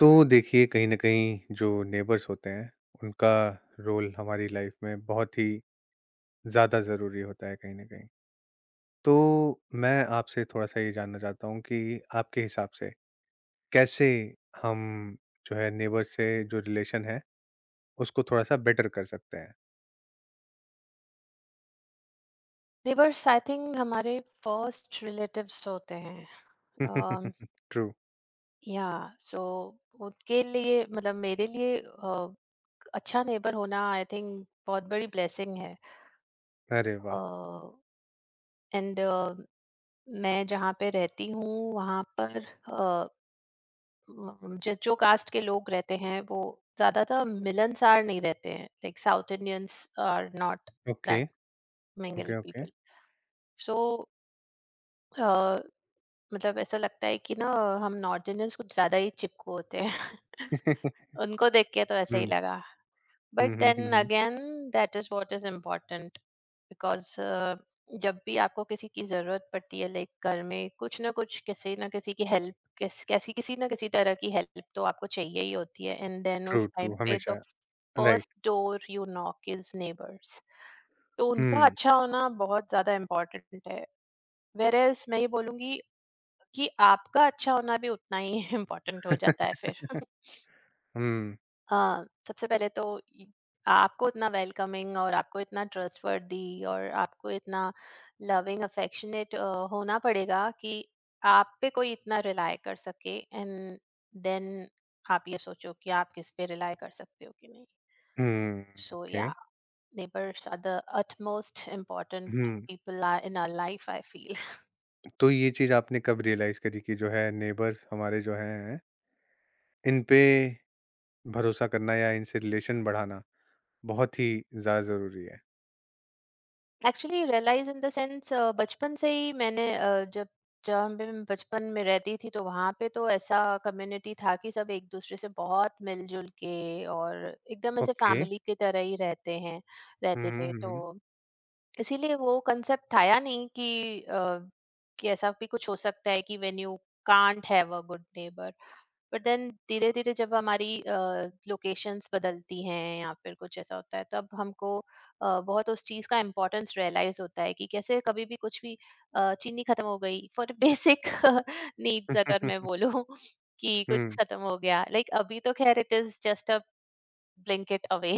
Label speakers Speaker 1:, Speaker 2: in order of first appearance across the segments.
Speaker 1: तो देखिए कहीं न कहीं जो नेबर्स होते हैं, उनका रोल हमारी लाइफ में बहुत ही ज़्यादा ज़रूरी होता है कहीं न कहीं। तो मैं आपसे थोड़ा-सा ये जानना चाहता हूँ कि आपके हिसाब से कैसे हम जो है नेबर से जो रिलेशन है, उसको थोड़ा-सा बेटर कर सकते हैं?
Speaker 2: नेबर्स आई थिंक हमारे फर्स्ट रिलेटिव्स होते हैं।
Speaker 1: ट्रू।
Speaker 2: या, सो उनके लिए मतलब मेरे लिए अच्छा नेबर होना आई थिंक बहुत बड़ी ब्लेसिंग है।
Speaker 1: अरे वाह!
Speaker 2: एंड मैं जहाँ पे रहती हूँ वहाँ पर, अ, जो जो कास्ट के लोग रहते हैं वो ज्यादातर मिलनसार नहीं रहते हैं, like south Indians are not
Speaker 1: okay,
Speaker 2: that mingle
Speaker 1: okay.
Speaker 2: People. So मतलब ऐसा लगता है कि ना, हम नॉर्थ इंडियंस कुछ ज्यादा ही चिपकू होते हैं उनको देख के तो ऐसा ही
Speaker 1: हुँ।
Speaker 2: लगा। बट
Speaker 1: हुँ, हुँ, हुँ,
Speaker 2: देन
Speaker 1: हुँ।
Speaker 2: Again, that is what is important, because जब भी आपको किसी की जरूरत पड़ती है, लाइक घर में कुछ ना कुछ, किसी ना किसी की हेल्प, किस कैसी किसी ना किसी तरह की हेल्प तो आपको चाहिए ही होती है, एंड देन
Speaker 1: ट्रू,
Speaker 2: उस
Speaker 1: ट्रू
Speaker 2: टाइम पे द
Speaker 1: हमेशा
Speaker 2: first
Speaker 1: right.
Speaker 2: Door you knock is neighbours. तो उनका
Speaker 1: हुँ।
Speaker 2: अच्छा होना बहुत ज्यादा इम्पोर्टेंट है। वेर मैं ये बोलूंगी कि आपका अच्छा होना भी उतना ही इम्पोर्टेंट हो जाता है फिर
Speaker 1: हुँ,
Speaker 2: हाँ, सबसे पहले तो ये- आपको इतना वेलकमिंग और आपको इतना ट्रस्टवर्दी और आपको इतना लविंग अफेक्शनेट होना पड़ेगा कि आप पे कोई इतना रिलाय कर सके, एंड देन आप ये सोचो कि आप किस पे रिलाय कर सकते हो कि नहीं।
Speaker 1: हुँ,
Speaker 2: so, yeah,
Speaker 1: okay.
Speaker 2: Neighbours are the utmost important
Speaker 1: हुँ।
Speaker 2: People are in our life, I feel.
Speaker 1: तो ये चीज़ आपने कब रियलाइज़ करी कि जो है नेबर्स हमारे जो हैं, इन पे भरोसा करना या इनसे रिलेशन बढ़ाना बहुत ही ज़्यादा ज़रूरी है?
Speaker 2: Actually realise in the sense, बचपन से ही मैंने अ, जब जहाँ पे मैं बचपन में रहती थी तो वहाँ पे तो ऐसा कम्युनिटी था कि सब एक दूसरे से बहुत मिलजुल के और एकदम ऐसे
Speaker 1: ओके।
Speaker 2: फैमिली की तरह ही
Speaker 1: हुँ,
Speaker 2: रहते
Speaker 1: हुँ,
Speaker 2: थे।
Speaker 1: हुँ,
Speaker 2: तो
Speaker 1: हुँ।
Speaker 2: इसीलिए वो कंसेप्ट आया नहीं कि ऐसा भी कुछ हो सकता है कि when you can't have a good neighbour. But then धीरे धीरे जब हमारी लोकेशंस बदलती हैं या फिर कुछ ऐसा होता है, तब हमको बहुत उस चीज का इम्पोर्टेंस रियलाइज होता है कि कैसे कभी भी कुछ भी, चीनी खत्म हो गई फॉर बेसिक नीड्स अगर मैं बोलूँ कि कुछ
Speaker 1: हुँ,
Speaker 2: खत्म हो गया, लाइक अभी तो खैर it is just a blink it away,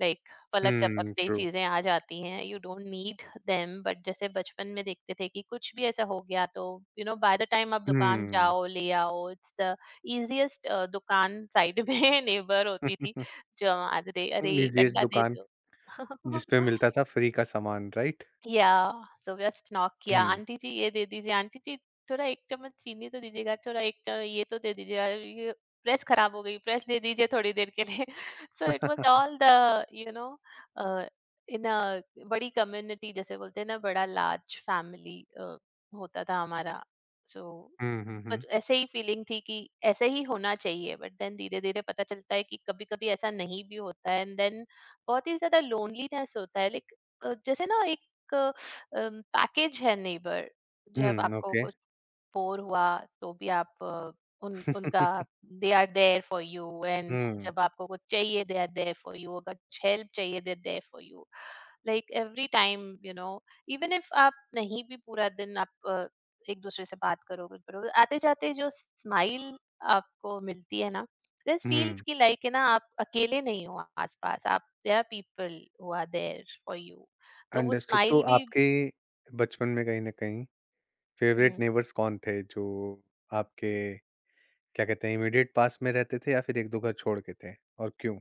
Speaker 2: like पलक
Speaker 1: हुँ,
Speaker 2: झपकते ही
Speaker 1: ट्रू।
Speaker 2: चीजें आ जाती हैं, you don't need them. But जैसे बचपन में देखते थे कि कुछ भी ऐसा हो गया तो, you know, by the time आप दुकान
Speaker 1: हुँ।
Speaker 2: जाओ ले आओ, इट्स द इजिएस्ट, दुकान साइड में नेबर होती थी, जो आते थे अरे एक
Speaker 1: लीजिएस्ट
Speaker 2: अंडा दे
Speaker 1: दुकान
Speaker 2: दो
Speaker 1: जिसपे मिलता था फ्री का सामान, राइट?
Speaker 2: या, सो जस्ट नॉक किया,
Speaker 1: हुँ।
Speaker 2: आंटी जी ये दे दीजिए, आंटी जी थोड़ा एक चम्मच चीनी तो दीजिएगा, थोड़ा एक चम्मच ये तो दे दीजिएगा, ये प्रेस खराब हो गई, प्रेस दे दीजिए थोड़ी देर के लिए so it was all the, you know, in a बड़ी कम्युनिटी, जैसे बोलते हैं ना बड़ा लार्ज फैमिली होता था हमारा, सो।
Speaker 1: हुँ।
Speaker 2: बट ऐसे ही फीलिंग थी कि ऐसे ही होना चाहिए, बट देन धीरे धीरे पता चलता है कि कभी कभी ऐसा नहीं भी होता है, एंड देन बहुत ही ज्यादा लोनलीनेस होता है, लाइक, जैसे ना एक पैकेज है नेबर। जब
Speaker 1: हुँ,
Speaker 2: आपको
Speaker 1: ओके।
Speaker 2: कुछ बोर हुआ तो भी आप, अ, उन उनका they are there for you, and
Speaker 1: हुँ,
Speaker 2: जब आपको कुछ चाहिए they are there for you, अगर कुछ हेल्प चाहिए they are there for you, like every time, you know, even if आप नहीं भी पूरा दिन आप, एक दूसरे से बात करो कुछ करो, आते जाते जो स्माइल आपको मिलती है ना, दिस फील्स
Speaker 1: हुँ,
Speaker 2: की लाइक है ना, आप अकेले नहीं हो, आसपास आप, there are people who are there for you. तो वो
Speaker 1: अंडरस्टूड। तो
Speaker 2: स्माइल भी।
Speaker 1: आपके बचपन में कहीं न कहीं फेवरेट
Speaker 2: हुँ,
Speaker 1: नेबर्स कौन थे जो आपके क्या कहते हैं इमीडिएट पास में रहते थे या फिर 1-2 घर छोड़ के थे और क्यों?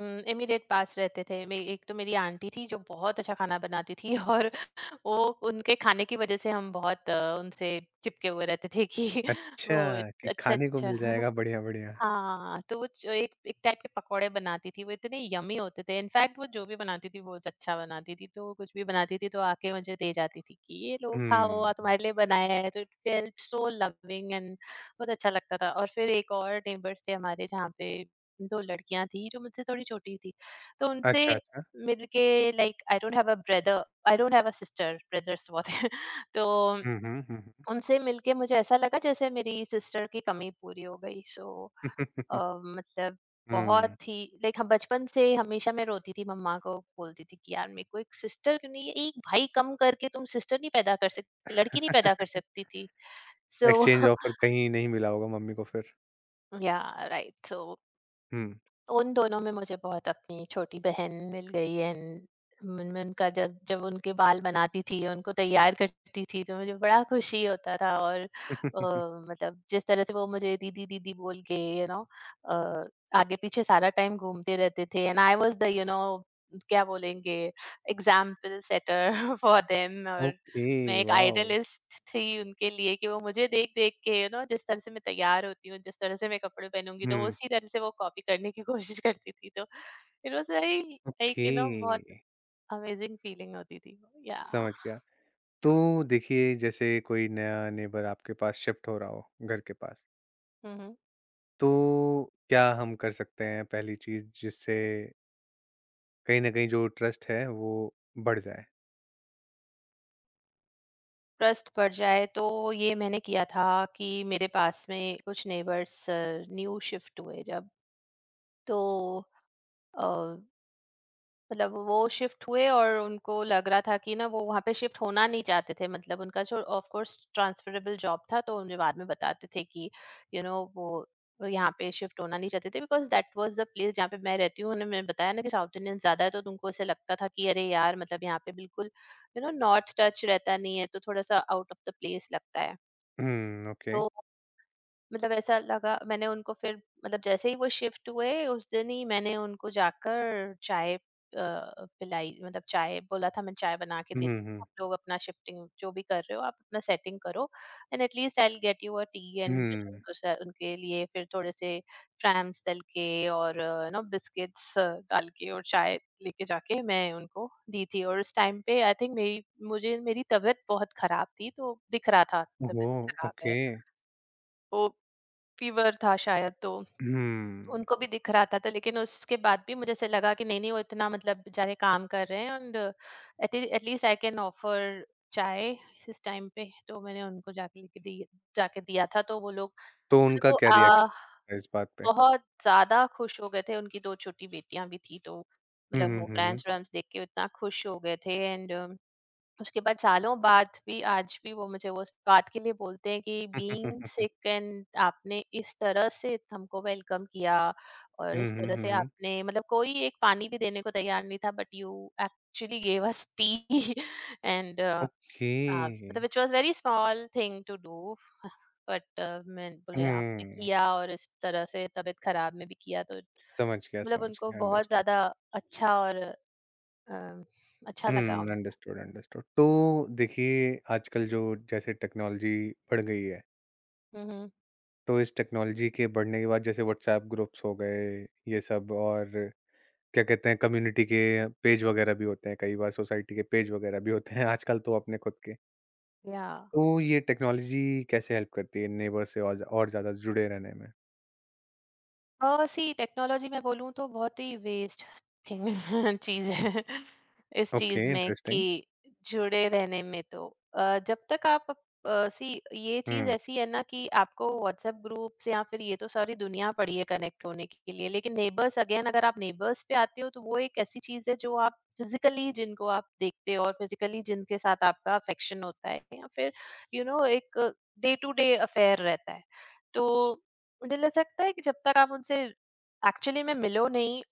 Speaker 2: हुँ, इमीडिएट पास रहते थे। मे एक तो मेरी आंटी थी जो बहुत अच्छा खाना बनाती थी और वो, उनके खाने की वज़ह से हम बहुत, उनसे चिपके हुए रहते थे कि वो।
Speaker 1: अच्छा, कि
Speaker 2: अच्छा,
Speaker 1: खाने को
Speaker 2: अच्छा।
Speaker 1: मिल जाएगा बढ़िया, बढ़िया।
Speaker 2: हाँ, तो वो च एक एक टाइप के पकोड़े बनाती थी, वो इतने यम्मी होते थे। इनफैक्ट वो जो भी बनाती थी बहुत अच्छा बनाती थी, तो कुछ भी बनाती थी तो आके मुझे दे जाती थी कि ये लो खाओ, और
Speaker 1: हुँ।
Speaker 2: तुम्हारे लिए बनाया है, तो it felt so loving, and बहुत अच्छा लगता था। और फिर एक और नेबर्स थे हमारे, जहाँ पे 2 लड़कियाँ थीं जो मुझसे थोड़ी छोटी थीं, तो उनसे
Speaker 1: अच्छा, अच्छा।
Speaker 2: मिलके, like, I don't have a brother, I don't have a sister, brothers बहुत हैं तो
Speaker 1: हुँ, हुँ, हुँ,
Speaker 2: उनसे मिलके मुझे ऐसा लगा जैसे मेरी सिस्टर की कमी पूरी हो गई, सो, अ,
Speaker 1: हुँ।
Speaker 2: मतलब बहुत
Speaker 1: हुँ,
Speaker 2: ही, लाइक, हम बचपन से, हमेशा मैं रोती थी मम्मा को बोलती थी कि यार मेरे को एक सिस्टर क्यों नहीं है, एक भाई कम करके तुम सिस्टर नहीं पैदा कर सकती, लड़की नहीं पैदा कर सकती थी, सो
Speaker 1: एक्सचेंज ऑफर कहीं नहीं मिला होगा मम्मी को फिर।
Speaker 2: या, राइट, सो
Speaker 1: हुँ।
Speaker 2: तो उन दोनों में मुझे बहुत अपनी छोटी बहन मिल गई, एंड मन में उनका, जब जब उनके बाल बनाती थी उनको तैयार करती थी तो मुझे बड़ा खुशी होता था, और, मतलब जिस तरह से वो मुझे दीदी दीदी बोल के, यू नो, आगे पीछे सारा टाइम घूमते रहते थे, and I was the, you know, क्या बोलेंगे, एग्जाम्पल सेटर फॉर देम और
Speaker 1: ओके,
Speaker 2: मैं एक
Speaker 1: वॉव!
Speaker 2: आइडलिस्ट थी उनके लिए, कि वो मुझे देख-देख के, यू नो, जिस तरह से मैं तैयार होती हूँ, जिस तरह से मैं कपड़े पहनूँगी, तो
Speaker 1: हुँ,
Speaker 2: उसी तरह से वो कॉपी करने की कोशिश करती थी। तो it was very,
Speaker 1: okay,
Speaker 2: like, you know, बहुत अमेजिंग फीलिंग होती थी।
Speaker 1: समझ
Speaker 2: याह!
Speaker 1: गया। तो देखिए जैसे कोई नया नेबर आपके पास शिफ्ट हो रहा हो घर के पास,
Speaker 2: हुँ, हुँ।
Speaker 1: तो क्या हम कर सकते हैं पहली चीज़ जिससे कहीं न कहीं जो ट्रस्ट है वो बढ़ जाए।
Speaker 2: ट्रस्ट पड़ जाए तो, ये मैंने किया था कि मेरे पास में कुछ नेबर्स न्यू शिफ्ट हुए जब, तो अ मतलब वो शिफ्ट हुए, और उनको लग रहा था कि ना वो वहाँ पे शिफ्ट होना नहीं चाहते थे, मतलब उनका जो ऑफ कोर्स ट्रांसफरेबल जॉब था, तो उन्हें बाद में बताते थे कि, यू नो, वो यहाँ पे शिफ्ट होना नहीं चाहते थे, because that was the place जहाँ पे मैं रहती हूँ, उन्होंने मैंने बताया ना कि साउथ इंडियन ज्यादा है, तो तुमको ऐसे लगता था कि अरे यार, मतलब यहाँ पे बिल्कुल, यू नो, नॉर्थ टच रहता नहीं है, तो थोड़ा सा आउट ऑफ द प्लेस लगता है।
Speaker 1: हुँ, ओके।
Speaker 2: तो मतलब ऐसा लगा, मैंने उनको फिर, मतलब जैसे ही वो शिफ्ट हुए उस दिन ही मैंने उनको जाकर चाय, पिलाई, मतलब चाय बोला था, मैं चाय बना के देती
Speaker 1: हुँ,
Speaker 2: हूँ,
Speaker 1: हुँ,
Speaker 2: आप लोग अपना शिफ्टिंग जो भी कर रहे हो आप अपना सेटिंग करो, and at least I get you a tea. And मैंने
Speaker 1: हुँ।
Speaker 2: उनको उनके लिए फिर थोड़े से फ्रैम्स तल के और नो बिस्किट्स डाल के, और चाय लेके जाके मैं उनको दी थी। और उस टाइम पे आई थिंक मेरी तबीयत बहुत खराब थी, तो दिख रहा था तबीयत
Speaker 1: ओह!
Speaker 2: खराब है,
Speaker 1: ओके।
Speaker 2: वो फीवर था शायद, तो
Speaker 1: हुँ।
Speaker 2: उनको भी दिख रहा था, तो लेकिन उसके बाद भी मुझे ऐसे लगा कि नहीं नहीं, वो इतना, मतलब बेचारे काम कर रहे हैं, and at least I can offer chai इस टाइम पे, तो मैंने उनको जाके लेके दी, जाके दिया था, तो वो लोग,
Speaker 1: तो
Speaker 2: मतलब
Speaker 1: उनका
Speaker 2: वो
Speaker 1: क्या रिएक्शन है इस बात पे?
Speaker 2: बहुत ज्यादा खुश हो गए थे। उनकी दो छोटी बेटियां भी थी, तो
Speaker 1: हुँ,
Speaker 2: मतलब
Speaker 1: हुँ,
Speaker 2: वो
Speaker 1: हुँ, हुँ।
Speaker 2: फ्रेंड्स फ्रेंड्स देख के इतना खुश हो गए थे, एंड उसके बाद सालों बाद भी आज भी वो मुझे, वो उस बात के लिए बोलते हैं कि बीइंग सिक एंड आपने इस तरह से हमको वेलकम किया, और
Speaker 1: हुँ,
Speaker 2: इस
Speaker 1: हुँ,
Speaker 2: तरह
Speaker 1: हुँ,
Speaker 2: से
Speaker 1: हुँ।
Speaker 2: आपने, मतलब कोई एक पानी भी देने को तैयार नहीं था, but you actually gave us tea, and
Speaker 1: okay.
Speaker 2: मतलब it was very small thing to do, but मैं बोले आपने
Speaker 1: हुँ।
Speaker 2: किया, और इस तरह से तबीयत खराब में भी किया, तो
Speaker 1: समझ गया,
Speaker 2: मतलब
Speaker 1: समझ
Speaker 2: उनको
Speaker 1: गया,
Speaker 2: बहुत
Speaker 1: अंडरस्टूड।
Speaker 2: ज्यादा अच्छा, और अ, अच्छा लगा
Speaker 1: हुँ,
Speaker 2: उनको।
Speaker 1: Understood, understood. तो देखिए आजकल जो जैसे टेक्नोलॉजी बढ़ गई है,
Speaker 2: हम्म।
Speaker 1: तो इस टेक्नोलॉजी के बढ़ने के बाद जैसे व्हाट्सऐप ग्रुप्स हो गए, ये सब और क्या कहते हैं कम्युनिटी के पेज वगैरह भी होते हैं, कई बार सोसाइटी के पेज वगैरह भी होते हैं, आजकल तो अपने खुद के।
Speaker 2: या,
Speaker 1: तो ये टेक्नोलॉजी कैसे हेल्प करती है नेबर से और ज और ज़्यादा जुड़े रहने में?
Speaker 2: सी टेक्नोलॉजी मैं बोलूँ तो बहुत ही वेस्ट थिंग चीज़ है इस
Speaker 1: ओके,
Speaker 2: चीज़ में, कि
Speaker 1: इंटरेस्टिंग।
Speaker 2: जुड़े रहने में तो, जब तक आप, सी ये चीज़
Speaker 1: हुँ।
Speaker 2: ऐसी है ना कि आपको व्हाट्सएप ग्रुप्स या फिर ये तो सारी दुनिया पड़ी है कनेक्ट होने के लिए, लेकिन नेबर्स अगेन, अगर आप नेबर्स पे आते हो तो वो एक ऐसी चीज़ है जो आप फिजिकली जिनको आप देखते हो, और फिजिकली जिनके साथ आपका अफेक्शन होता है या फिर, यू you नो know, एक डे टू डे अफेयर रहता है। तो मुझे ले सकता है कि जब तक आप उनसे एक्चुअली में मिलो नहीं,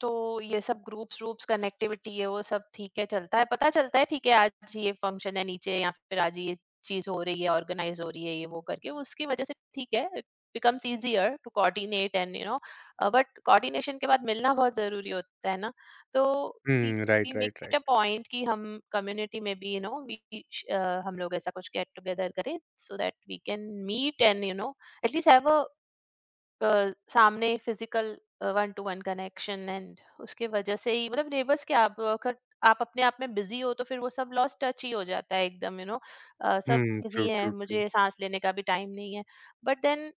Speaker 2: तो ये सब ग्रुप्स ग्रुप्स कनेक्टिविटी है, वो सब ठीक है, चलता है, पता चलता है, ठीक है आज ये फंक्शन है नीचे, या फिर आज ये चीज हो रही है ऑर्गेनाइज हो रही है, ये वो करके उसकी वजह से ठीक है, it becomes easier to coordinate, and, you know, but coordination के बाद मिलना बहुत जरूरी होता है ना। तो, see,
Speaker 1: hmm,
Speaker 2: we
Speaker 1: right,
Speaker 2: make
Speaker 1: right,
Speaker 2: it
Speaker 1: right.
Speaker 2: A point कि हम कम्युनिटी में भी, यू नो, वी हम लोग ऐसा कुछ गेट टुगेदर करें, so that we can meet, and, you know, at least have सामने physical one to one connection. And उसके वजह से ही मतलब नेबर्स क्या, आप अगर आप अपने आप में बिजी हो तो फिर वो सब लॉस्ट टच ही हो जाता है एकदम यू नो। सब
Speaker 1: हुँ, ट्रू,
Speaker 2: बिजी है,
Speaker 1: ट्रू, ट्रू।
Speaker 2: मुझे सांस लेने का भी टाइम नहीं है। But then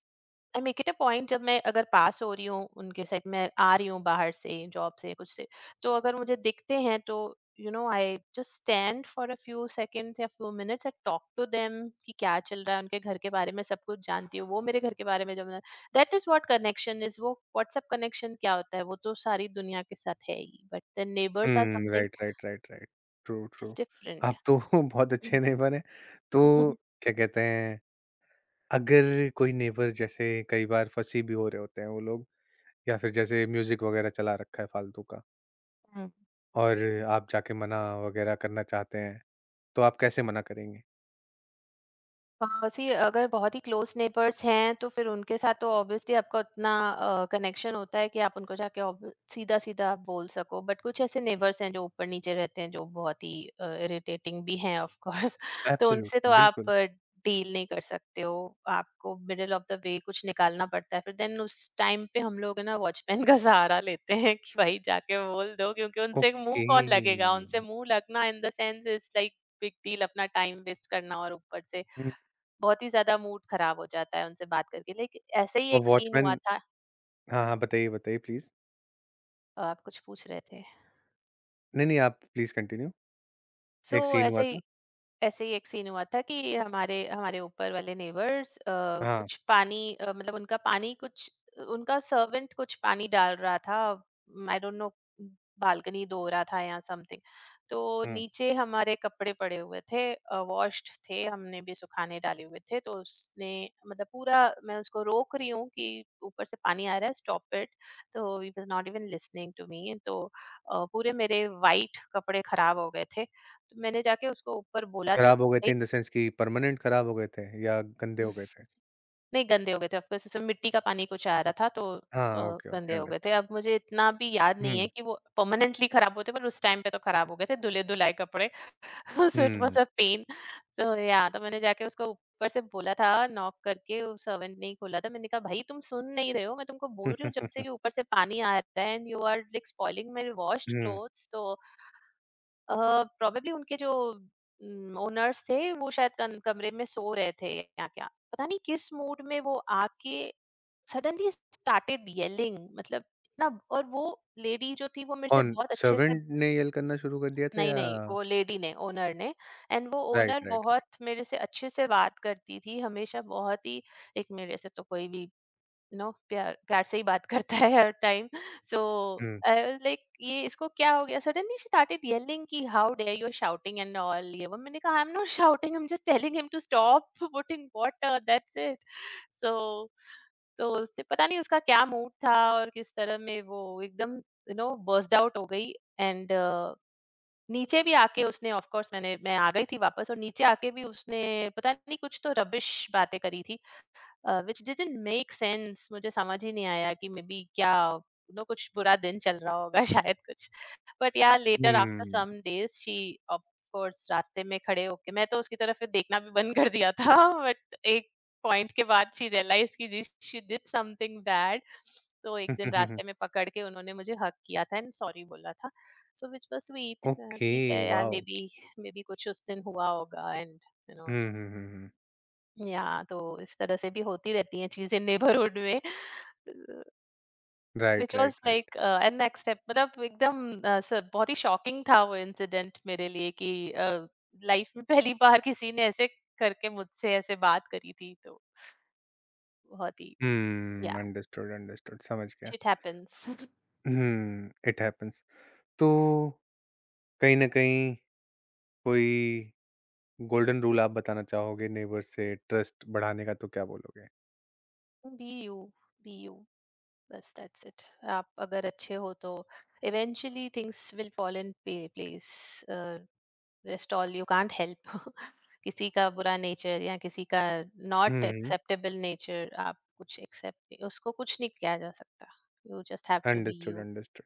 Speaker 2: I make it a point, जब मैं अगर पास हो रही हूँ उनके साथ, मैं आ रही हूँ बाहर से, जॉब से, कुछ से, तो अगर मुझे दिखते हैं तो you know I just stand for a few seconds या few minutes and talk to them कि क्या चल रहा है। उनके घर के बारे में सब कुछ जानती हूँ, वो मेरे घर के बारे में जब। That is what connection is, वो व्हाट्सएप कनेक्शन क्या होता है, वो तो सारी दुनिया के साथ है ही, but the neighbours are
Speaker 1: hmm,
Speaker 2: something
Speaker 1: right. True, true.
Speaker 2: Just different.
Speaker 1: आप तो बहुत अच्छे नेबर हैं। तो क्या कहते हैं, अगर कोई नेबर जैसे कई बार फंसी भी हो रहे होते हैं वो लोग या फिर जैसे म्यूज़िक वगैरह चला रखा है फालतू का और आप जाके मना वगैरह करना चाहते हैं, तो आप कैसे मना करेंगे?
Speaker 2: सी, अगर बहुत ही क्लोज नेबर्स हैं तो फिर उनके साथ तो ऑब्वियसली आपका उतना कनेक्शन होता है कि आप उनको जाके सीधा सीधा आप बोल सको, बट कुछ ऐसे नेबर्स हैं जो ऊपर नीचे रहते हैं, जो बहुत ही इरिटेटिंग भी हैं ऑफ कोर्स। तो उनसे तो
Speaker 1: एब्सोल्युटली,
Speaker 2: आप
Speaker 1: बिल्कुल।
Speaker 2: डील नहीं कर सकते हो, आपको मिडिल ऑफ द वे कुछ निकालना पड़ता है। फिर देन उस टाइम पे हम लोग है ना वॉचमैन का सहारा लेते हैं कि भाई जाके बोल दो, क्योंकि उनसे मुंह
Speaker 1: ओके।
Speaker 2: कौन लगेगा। उनसे मुंह लगना in the sense is like big deal, अपना टाइम वेस्ट करना, और ऊपर से
Speaker 1: हुँ,
Speaker 2: बहुत ही ज़्यादा मूड ख़राब हो जाता है उनसे बात करके। लाइक, ऐसे ही
Speaker 1: वो
Speaker 2: एक सीन हुआ
Speaker 1: वॉचमैन
Speaker 2: था।
Speaker 1: हाँ, बताइए, बताइए प्लीज़।
Speaker 2: आप कुछ पूछ रहे थे।
Speaker 1: नहीं, आप प्लीज़ कंटिन्यू।
Speaker 2: सो
Speaker 1: एक सीन हुआ था
Speaker 2: ऐसे ही एक सीन हुआ था कि हमारे हमारे ऊपर वाले नेबर्स
Speaker 1: हाँ,
Speaker 2: कुछ पानी मतलब उनका पानी कुछ, उनका सर्वेंट कुछ पानी डाल रहा था। आई डोंट नो, बालकनी धो रहा था या समथिंग। तो
Speaker 1: हुँ,
Speaker 2: नीचे हमारे कपड़े पड़े हुए थे, वॉश्ड थे, हमने भी सुखाने डाले हुए थे। तो उसने, मतलब पूरा, मैं उसको रोक रही हूँ कि ऊपर से पानी आ रहा है, स्टॉप इट। तो he was not even listening to me. तो पूरे मेरे वाइट कपड़े खराब हो गए थे। तो मैंने जाके उसको ऊपर बोला था
Speaker 1: खराब
Speaker 2: कि
Speaker 1: हो गए थे
Speaker 2: भाई,
Speaker 1: इन द सेंस कि परमानेंट खराब हो गए थे या गंदे हो गए थे?
Speaker 2: नहीं गंदे हो गए थे ऑफ कोर्स, उसमें मिट्टी का पानी कुछ आ रहा था तो।
Speaker 1: हाँ, ओके,
Speaker 2: गंदे हो गए थे,
Speaker 1: अंडरस्टूड।
Speaker 2: अब मुझे इतना भी याद नहीं
Speaker 1: हुँ,
Speaker 2: है कि वो परमानेंटली खराब होते, पर उस टाइम पे तो खराब हो गए थे धुले धुलाए कपड़े।
Speaker 1: हुँ।
Speaker 2: So it
Speaker 1: hmm,
Speaker 2: was a pain. So या तो मैंने जाके उसको ऊपर से बोला था, नॉक करके। वो सर्वेंट नहीं, खोला था। मैंने कहा भाई तुम सुन नहीं रहे हो, मैं तुमको बोल रही हूँ जब से कि ऊपर से पानी आ रहा है and you are like spoiling my washed clothes. तो प्रोबेबली उनके जो ओनर्स थे वो शायद कमरे में सो रहे थे या क्या, पता नहीं किस मूड में, वो आके सडनली स्टार्टेड येलिंग, मतलब ना। और वो लेडी जो थी वो मेरे से
Speaker 1: कौन
Speaker 2: बहुत अच्छे से,
Speaker 1: सर्वेंट ने येल करना शुरू कर दिया था
Speaker 2: नहीं
Speaker 1: या
Speaker 2: नहीं वो लेडी ने, ओनर ने। एंड वो
Speaker 1: राइट,
Speaker 2: ओनर
Speaker 1: राइट, राइट।
Speaker 2: बहुत मेरे से अच्छे से बात करती थी हमेशा, बहुत ही। एक मेरे से तो कोई भी, नो, प्यार प्यार से ही बात करता है हर टाइम। सो
Speaker 1: हुँ,
Speaker 2: लाइक, ये इसको क्या हो गया, सडनली शी स्टार्टेड येलिंग कि how dare you shouting and all ये वो। मैंने कहा I am not shouting, I am just telling him to stop putting water, that's it. So तो उसने पता नहीं उसका क्या मूड था और किस तरह में, वो एकदम यू नो बर्स्ट आउट हो गई। एंड नीचे भी आके उसने, ऑफ कोर्स मैंने, मैं आ गई थी वापस, और नीचे आके भी उसने पता नहीं कुछ तो रबिश बातें करी थी, व्हिच डिडंट मेक सेंस। मुझे समझ ही नहीं आया कि मे बी क्या यू नो कुछ बुरा दिन चल रहा होगा। शायद कुछ, बट या later after
Speaker 1: hmm.
Speaker 2: Some days she, of course रास्ते में खड़े होके मैं तो उसकी तरफ फिर देखना भी बंद कर दिया था। बट एक पॉइंट के बाद शी रियलाइज की जी शी डिड समथिंग बैड। तो एक दिन रास्ते में पकड़ के उन्होंने मुझे हक किया था एंड सॉरी बोला था। So which was sweet.
Speaker 1: Okay,
Speaker 2: ठीक है यार, may
Speaker 1: wow!
Speaker 2: Be, maybe कुछ उस दिन हुआ होगा एंड यू नो।
Speaker 1: हुँ।
Speaker 2: या तो इस तरह से भी होती रहती हैं चीजें नेबरहुड में। Which
Speaker 1: right, right,
Speaker 2: was
Speaker 1: right.
Speaker 2: Like an next step, मतलब एकदम बहुत ही शॉकिंग था वो इंसिडेंट मेरे लिए कि लाइफ में पहली बार किसी ने ऐसे करके मुझसे ऐसे बात करी थी, तो बहुत ही। या,
Speaker 1: हुँ, अंडरस्टूड समझ गया।
Speaker 2: Shit happens.
Speaker 1: Hmm, it happens. तो कहीं न कहीं कोई गोल्डन रूल आप बताना चाहोगे नेबर से ट्रस्ट बढ़ाने का तो क्या बोलोगे?
Speaker 2: बी यू, बी यू, बस दैट्स इट। आप अगर अच्छे हो तो eventually things will fall in place. rest all you can't help। किसी का बुरा नेचर या किसी का नॉट
Speaker 1: हुँ।
Speaker 2: एक्सेप्टेबल नेचर आप कुछ एक्सेप्ट, उसको कुछ नहीं किया जा सकता। You just have to be
Speaker 1: understood,
Speaker 2: you.
Speaker 1: Understood.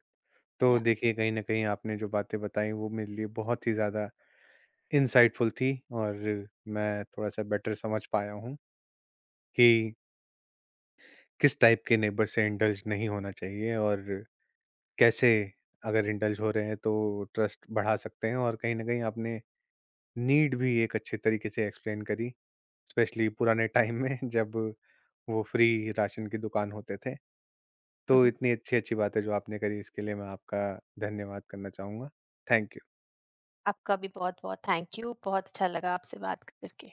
Speaker 1: तो
Speaker 2: या,
Speaker 1: देखिए कहीं न कहीं आपने जो बातें बताई वो मेरे लिए बहुत ही ज़्यादा इनसाइटफुल थी और मैं थोड़ा-सा बेटर समझ पाया हूँ कि किस टाइप के नेबर से इंडल्ज नहीं होना चाहिए और कैसे अगर इंडल्ज हो रहे हैं तो ट्रस्ट बढ़ा सकते हैं और कहीं न कहीं आपने नीड भी एक अच्छे तरीके से एक्सप्लेन करी, स्पेशली पुराने टाइम में जब वो फ्री राशन की दुकान होते थे। तो
Speaker 2: हम्म,
Speaker 1: इतनी अच्छी-अच्छी बातें जो आपने करी इसके लिए मैं आपका धन्यवाद करना चाहूँगा। Thank you.
Speaker 2: आपका भी बहुत बहुत थैंक यू, बहुत अच्छा लगा आपसे बात करके।